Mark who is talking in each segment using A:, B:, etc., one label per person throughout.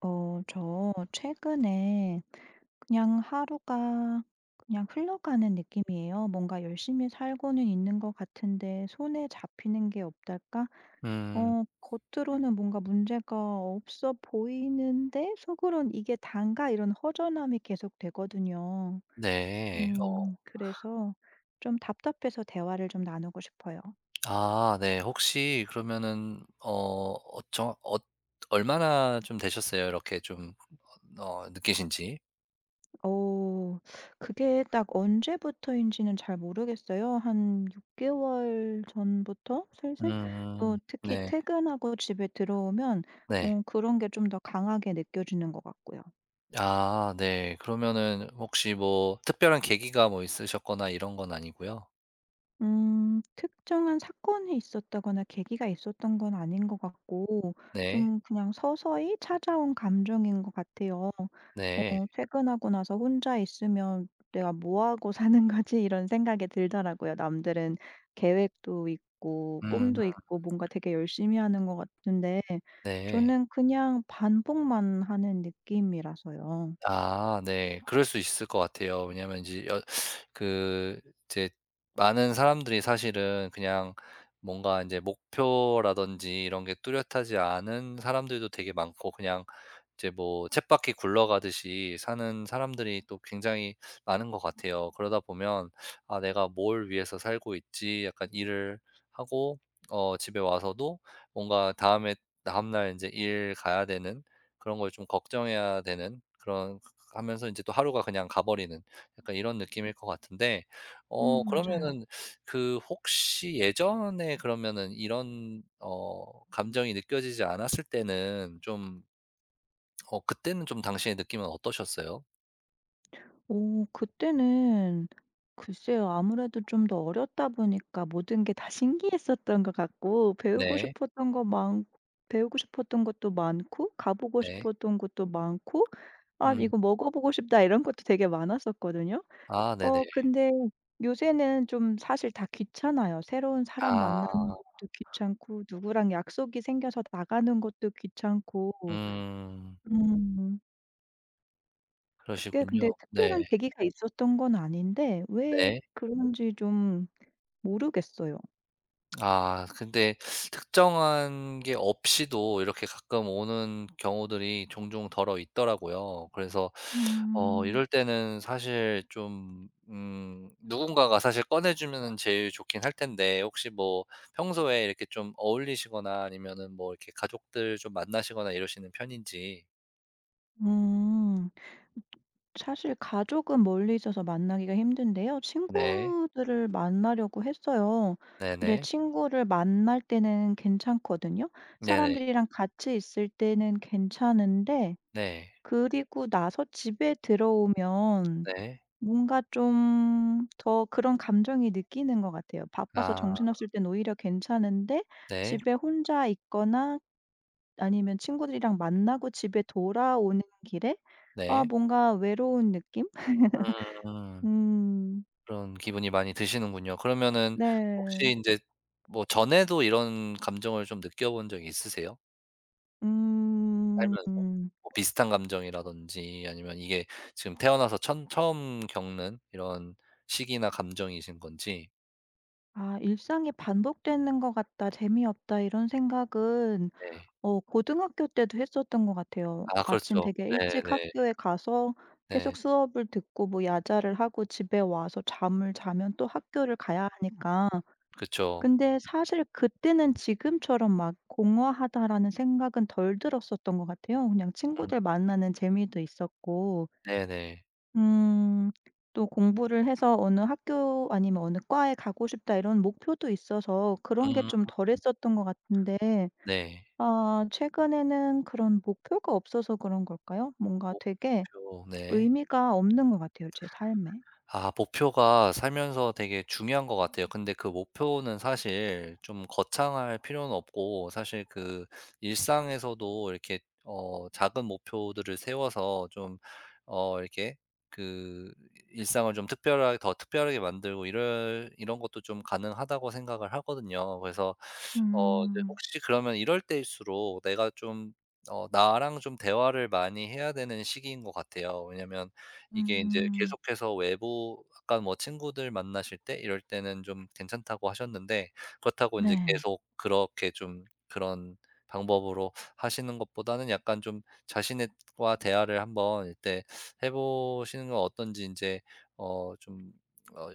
A: 저 최근에 그냥 하루가 그냥 흘러가는 느낌이에요. 뭔가 열심히 살고는 있는 것 같은데 손에 잡히는 게 없달까?
B: 음.
A: 겉으로는 뭔가 문제가 없어 보이는데 속으론 이게 단가 이런 허전함이 계속 되거든요.
B: 네.
A: 그래서 좀 답답해서 대화를 좀 나누고 싶어요.
B: 아, 네. 혹시 그러면은 정 얼마나 좀 되셨어요? 이렇게 좀 느끼신 지?
A: 어 그게 딱 언제부터인지는 잘 모르겠어요. 한 6 개월 전부터 슬슬 또
B: 음.
A: 특히
B: 네.
A: 퇴근하고 집에 들어오면
B: 네.
A: 그런 게 좀 더 강하게 느껴지는 것 같고요.
B: 아, 네. 그러면은 혹시 뭐 특별한 계기가 뭐 있으셨거나 이런 건 아니고요?
A: 특정한 사건이 있었다거나 계기가 있었던 건 아닌 것 같고
B: 네.
A: 좀 그냥 서서히 찾아온 감정인 것 같아요.
B: 네.
A: 퇴근하고 나서 혼자 있으면 '내가 뭐 하고 사는 거지?' 이런 생각이 들더라고요. 남들은 계획도 있고
B: 음.
A: 꿈도 있고 뭔가 되게 열심히 하는 것 같은데
B: 네.
A: 저는 그냥 반복만 하는 느낌이라서요.
B: 아, 네. 그럴 수 있을 것 같아요. 왜냐하면 인제 여 그 이제 많은 사람들이 사실은 그냥 뭔가 인제 목표라든지 이런 게 뚜렷하지 않은 사람들도 되게 많고, 그냥 이제 뭐 쳇바퀴 굴러가듯이 사는 사람들이 또 굉장히 많은 것 같아요. 그러다 보면 '아, 내가 뭘 위해서 살고 있지?' 약간 일을 하고, 집에 와서도 뭔가 다음에 다음날 인제 일 가야 되는 그런 걸 좀 걱정해야 되는 그런, 하면서 이제 또 하루가 그냥 가버리는, 약간 이런 느낌일 것 같은데.
A: 맞아요.
B: 그러면은 혹시 예전에 그러면은 이런 감정이 느껴지지 않았을 때는 좀, 그때는 좀 당신의 느낌은 어떠셨어요?
A: 오 그때는 글쎄요. 아무래도 좀 더 어렸다 보니까 모든 게 다 신기했었던 것 같고
B: 네.
A: 배우고 싶었던 것도 많고 가 보고
B: 네.
A: 싶었던 것도 많고 '아
B: 음.
A: 이거 먹어 보고 싶다.' 이런 것도 되게 많았었거든요.
B: 아, 네네.
A: 근데 요새는 좀 사실 다 귀찮아요. 새로운 사람 만나는
B: 아.
A: 것도 귀찮고 누구랑 약속이 생겨서 나가는 것도 귀찮고.
B: 음.
A: 음. 그게
B: 그러시군요.
A: 근데
B: 네.
A: 특별한 계기가 있었던 건 아닌데 왜
B: 네.
A: 그런지 좀 모르겠어요.
B: 아, 근데 특정한 게 없이도 이렇게 가끔 오는 경우들이 종종 덜어 있더라고요. 그래서
A: 음.
B: 이럴 때는 사실 좀, 누군가가 사실 꺼내 주면 제일 좋긴 할 텐데, 혹시 뭐 평소에 이렇게 좀 어울리시거나 아니면은 뭐 이렇게 가족들 좀 만나시거나 이러시는 편인지.
A: 음. 사실 가족은 멀리 있어서 만나기가 힘든데요.
B: 네.
A: 친구들을 만나려고 했어요. 근데
B: 네네.
A: 친구를 만날 때는 괜찮거든요.
B: 네네.
A: 사람들이랑 같이 있을 때는 괜찮은데
B: 네.
A: 그리고 나서 집에 들어오면
B: 네.
A: 뭔가 좀 더 그런 감정이 느끼는 것 같아요. 바빠서
B: 아,
A: 정신없을 땐 오히려 괜찮은데
B: 네.
A: 집에 혼자 있거나 아니면 친구들이랑 만나고 집에 돌아오는 길에 아
B: 네.
A: 뭔가 외로운 느낌?
B: 음.
A: 음.
B: 그런 기분이 많이 드시는군요. 그러면은
A: 네.
B: 혹시 인제 뭐 전에도 이런 감정을 좀 느껴본 적이 있으세요? 살면서?
A: 음.
B: 뭐 비슷한 감정이라든지, 아니면 이게 지금 태어나서 천 처음 겪는 이런 시기나 감정이신 건지.
A: 아 '일상이 반복되는 것 같다. 재미없다.' 이런 생각은
B: 네.
A: 고등학교 때도 했었던 것 같아요.
B: 아,
A: 아침
B: 그렇죠.
A: 되게 일찍
B: 네네.
A: 학교에 가서 계속
B: 네.
A: 수업을 듣고 뭐 야자를 하고 집에 와서 잠을 자면 또 학교를 가야 하니까.
B: 그쵸.
A: 근데 사실 그때는 지금처럼 막 '공허하다.'라는 생각은 덜 들었었던 것 같아요. 그냥
B: 음.
A: 친구들 만나는 재미도 있었고
B: 네네.
A: 음 또 공부를 해서 어느 학교 아니면 어느 과에 가고 싶다 이런 목표도 있어서 그런 게
B: 음.
A: 좀 덜했었던 것 같은데
B: 네.
A: 아 최근에는 그런 목표가 없어서 그런 걸까요? 뭔가 되게
B: 목표. 네.
A: 의미가 없는 것 같아요, 제 삶에.
B: 아, 목표가 살면서 되게 중요한 것 같아요. 근데 그 목표는 사실 좀 거창할 필요는 없고, 사실 일상에서도 이렇게 작은 목표들을 세워서 좀, 이렇게 그 일상을 좀 특별하게, 더 특별하게 만들고 이럴 이런 것도 좀 가능하다고 생각을 하거든요. 그래서 이제
A: 음.
B: 혹시 그러면 이럴 때일수록 내가 좀, 나랑 좀 대화를 많이 해야 되는 시기인 것 같아요. 왜냐면 이게 이제
A: 음.
B: 계속해서 외부 아까 뭐 친구들 만나실 때 이럴 때는 좀 괜찮다고 하셨는데, 그렇다고 이제
A: 네.
B: 계속 그렇게 좀 그런 방법으로 하시는 것보다는, 약간 좀 자신의 과 대화를 한번 이때 해 보시는 건 어떤지 이제어좀어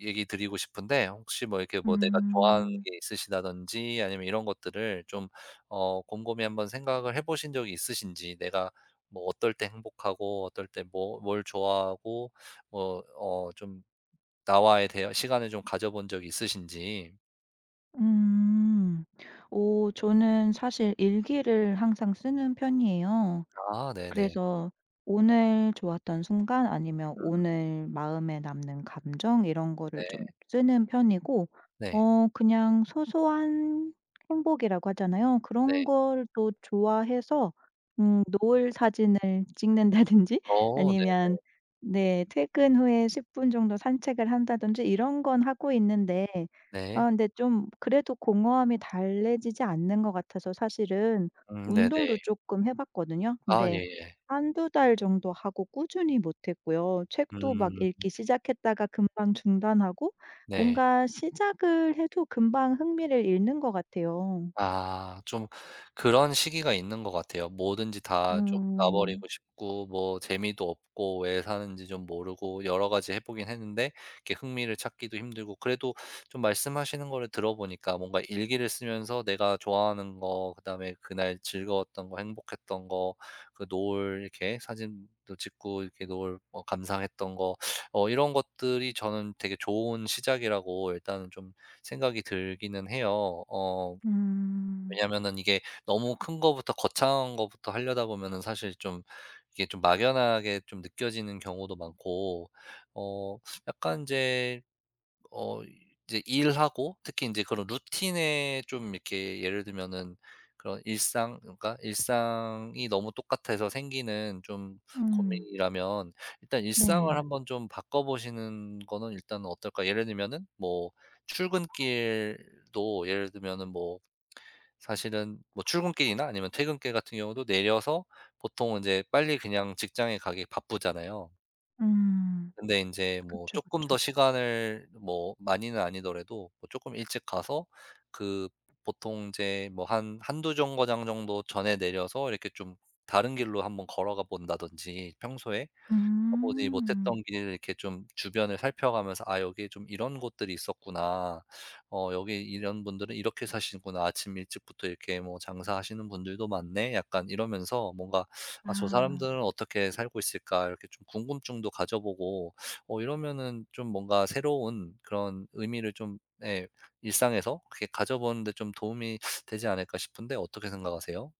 B: 얘기 드리고 싶은데, 혹시 뭐 이렇게 뭐 내가 좋아하는
A: 음.
B: 게 있으시다든지 아니면 이런 것들을 좀 곰곰이 한번 생각을 해 보신 적이 있으신지, 내가 뭐 어떨 때 행복하고 어떨 때 뭐 뭘 좋아하고 뭐 좀 나와의 대화 시간을 좀 가져 본 적이 있으신지.
A: 음. 오 저는 사실 일기를 항상 쓰는 편이에요.
B: 아, 네네.
A: 그래서 오늘 좋았던 순간 아니면
B: 음.
A: 오늘 마음에 남는 감정 이런 거를 좀
B: 네.
A: 쓰는 편이고
B: 네.
A: 그냥 소소한 행복이라고 하잖아요. 그런
B: 네.
A: 걸 또 좋아해서 노을 사진을 찍는다든지
B: 네.
A: 아니면 네 퇴근 후에 10분 정도 산책을 한다든지 이런 건 하고 있는데 아
B: 네.
A: 근데 좀 그래도 공허함이 달래지지 않는 것 같아서 사실은
B: 음. 네네.
A: 운동도 조금 해 봤거든요.
B: 아,
A: 근데
B: 예예.
A: 한두 달 정도 하고 꾸준히 못 했고요. 책도 막
B: 음.
A: 읽기 시작했다가 금방 중단하고
B: 네.
A: 뭔가 시작을 해도 금방 흥미를 잃는 것 같아요.
B: 아, 좀 그런 시기가 있는 것 같아요. 뭐든지 다 좀 놔
A: 음.
B: 버리고 싶고, 뭐 재미도 없고, 왜 사는지 좀 모르고, 여러 가지 해 보긴 했는데 이렇게 흥미를 찾기도 힘들고. 그래도 좀 말씀하시는 거를 들어 보니까, 뭔가 일기를 쓰면서 내가 좋아하는 거, 그다음에 그날 즐거웠던 거, 행복했던 거, 그 노을 이렇게 사진도 찍고 이렇게 노을 뭐 감상했던 거, 이런 것들이 저는 되게 좋은 시작이라고 일단은 좀 생각이 들기는 해요.
A: 음.
B: 왜냐면은 이게 너무 큰 거부터, 거창한 거부터 하려다 보면은 사실 좀 이게 좀 막연하게 좀 느껴지는 경우도 많고, 어 약간 이제 어 이제 일하고 특히 인제 그런 루틴에 좀 이렇게, 예를 들면은 그런 일상, 그러니까 일상이 너무 똑같아서 생기는 좀
A: 음.
B: 고민이라면, 일단 일상을
A: 네.
B: 한번 좀 바꿔 보시는 거는 일단 어떨까? 예를 들면은 뭐 출근길도, 예를 들면은 뭐 사실은 뭐 출근길이나 아니면 퇴근길 같은 경우도 내려서 보통 이제 빨리 그냥 직장에 가기 바쁘잖아요.
A: 음.
B: 근데 인제 뭐
A: 그쵸,
B: 쪼끔 더
A: 그쵸.
B: 시간을 뭐 많이는 아니더라도 뭐 쪼끔 일찍 가서 그 보통 인제 뭐 한 한두 정거장 정도 전에 내려서 이렇게 좀 다른 길로 한번 걸어가 본다든지, 평소에 가보지 못했던
A: 음.
B: 길을 이렇게 좀 주변을 살펴가면서 '아, 여기 좀 이런 곳들이 있었구나. 어, 여기 이런 분들은 이렇게 사시는구나. 아침 일찍부터 이렇게 뭐 장사하시는 분들도 많네.' 약간 이러면서 뭔가 '아, 저
A: 아.
B: 사람들은 어떻게 살고 있을까?' 이렇게 좀 궁금증도 가져보고, 이러면은 좀 뭔가 새로운 그런 의미를 좀, 예, 일상에서 그렇게 가져보는데 좀 도움이 되지 않을까 싶은데, 어떻게 생각하세요?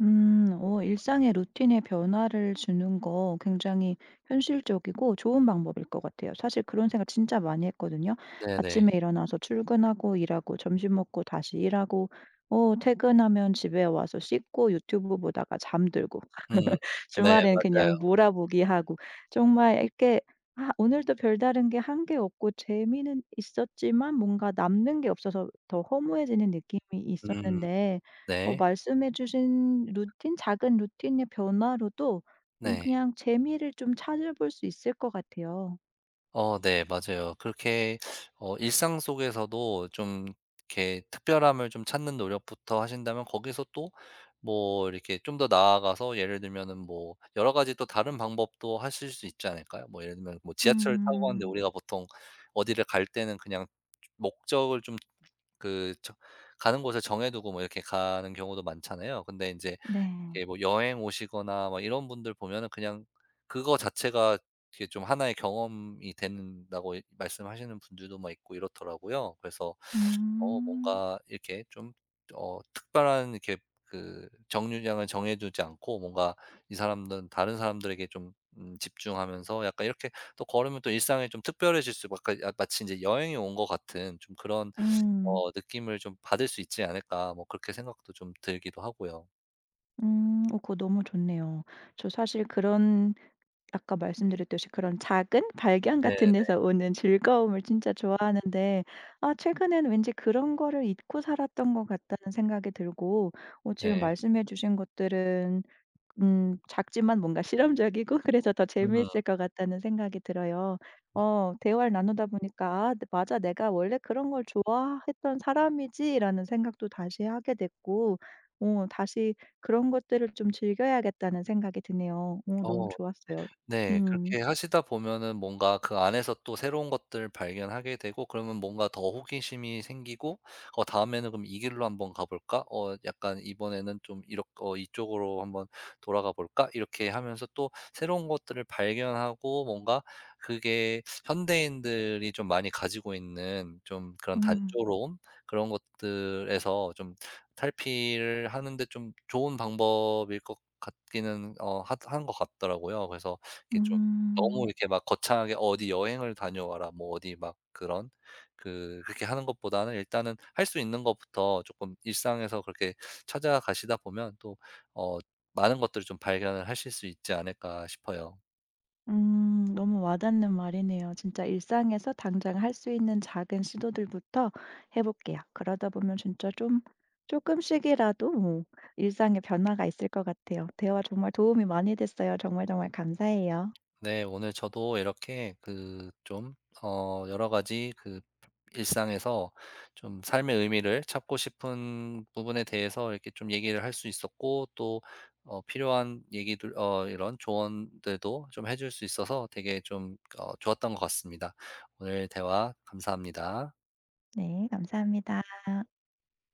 A: 음. 일상의 루틴에 변화를 주는 거 굉장히 현실적이고 좋은 방법일 것 같아요. 사실 그런 생각 진짜 많이 했거든요.
B: 네네.
A: 아침에 일어나서 출근하고 일하고 점심 먹고 다시 일하고 퇴근하면 집에 와서 씻고 유튜브 보다가 잠들고
B: 음. 네,
A: 주말엔
B: 맞아요.
A: 그냥 몰아보기 하고 정말 이렇게 아 오늘도 별다른 게 한 게 없고 재미는 있었지만 뭔가 남는 게 없어서 더 허무해지는 느낌이
B: 음.
A: 있었는데
B: 네.
A: 말씀해 주신 루틴 작은 루틴의 변화로도
B: 네.
A: 그냥 재미를 좀 찾아볼 수 있을 것 같아요.
B: 네. 맞아요. 그렇게 일상 속에서도 좀 이렇게 특별함을 좀 찾는 노력부터 하신다면, 거기서 또 뭐 이렇게 좀 더 나아가서, 예를 들면은 뭐 여러 가지 또 다른 방법도 하실 수 있지 않을까요? 뭐 예를 들면 뭐 지하철을 타고 가는데,
A: 음.
B: 우리가 보통 어디를 갈 때는 그냥 목적을 좀, 그 가는 곳을 정해 두고 뭐 이렇게 가는 경우도 많잖아요. 근데 이제
A: 네.
B: 이렇게 뭐 여행 오시거나 막 이런 분들 보면은, 그냥 그거 자체가 그게 좀 하나의 경험이 된다고 이 말씀하시는 분들도 막 있고 이렇더라고요. 그래서
A: 음.
B: 뭔가 이렇게 좀, 특별한 이렇게 정류장을 정해 두지 않고, 뭔가 이 사람들은 다른 사람들에게 좀, 집중하면서 약간 이렇게 또 걸으면 또 일상이 좀 특별해질 수, 막 아, 마치 이제 여행이 온 것 같은 좀 그런
A: 음.
B: 느낌을 좀 받을 수 있지 않을까, 뭐 그렇게 생각도 좀 들기도 하고요.
A: 음. 그거 너무 좋네요. 저 사실 그런 아까 말씀드렸듯이 그런 작은 발견 같은
B: 네네.
A: 데서 오는 즐거움을 진짜 좋아하는데 아 최근엔 왠지 그런 거를 잊고 살았던 것 같다는 생각이 들고 지금
B: 네. 네.
A: 말씀해 주신 것들은 작지만 뭔가 실험적이고 그래서 더
B: 음.
A: 재미있을 것 같다는 생각이 들어요. 대화를 나누다 보니까 '아 네, 맞아. 내가 원래 그런 걸 좋아했던 사람이지.'라는 생각도 다시 하게 됐고 다시 그런 것들을 좀 즐겨야겠다는 생각이 드네요. 너무
B: 어.
A: 좋았어요.
B: 네.
A: 음.
B: 그렇게 하시다 보면은 뭔가 그 안에서 또 새로운 것들을 발견하게 되고, 그러면 뭔가 더 호기심이 생기고, '어, 다음에는 그럼 이 길로 한번 가 볼까? 어, 약간 이번에는 좀 이렇, 어, 이쪽으로 한번 돌아가 볼까?' 이렇게 하면서 또 새로운 것들을 발견하고, 뭔가 그게 현대인들이 좀 많이 가지고 있는 좀 그런
A: 음.
B: 단조로움, 그런 것들에서 좀 탈피를 하는 데 좀 좋은 방법일 것 같기는 어 하 한 것 같더라고요. 그래서 이렇게 좀, 너무
A: 음.
B: 이렇게 막 거창하게 "어디 여행을 다녀와라." 뭐 어디 막 그런 그렇게 하는 것보다는, 일단은 할 수 있는 것부터 조금 일상에서 그렇게 찾아가시다 보면 또 어 많은 것들을 좀 발견을 하실 수 있지 않을까 싶어요.
A: 음. 너무 와닿는 말이네요. 진짜 일상에서 당장 할 수 있는 작은 시도들부터 해 볼게요. 그러다 보면 진짜 좀 조금씩이라도 뭐 일상에 변화가 있을 것 같아요. 대화 정말 도움이 많이 됐어요. 정말 정말 감사해요.
B: 네, 오늘 저도 이렇게 좀 여러 가지 일상에서 좀 삶의 의미를 찾고 싶은 부분에 대해서 이렇게 좀 얘기를 할 수 있었고, 또 필요한 얘기들 이런 조언들도 좀 해줄 수 있어서 되게 좀 좋았던 것 같습니다. 오늘 대화 감사합니다.
A: 네. 감사합니다.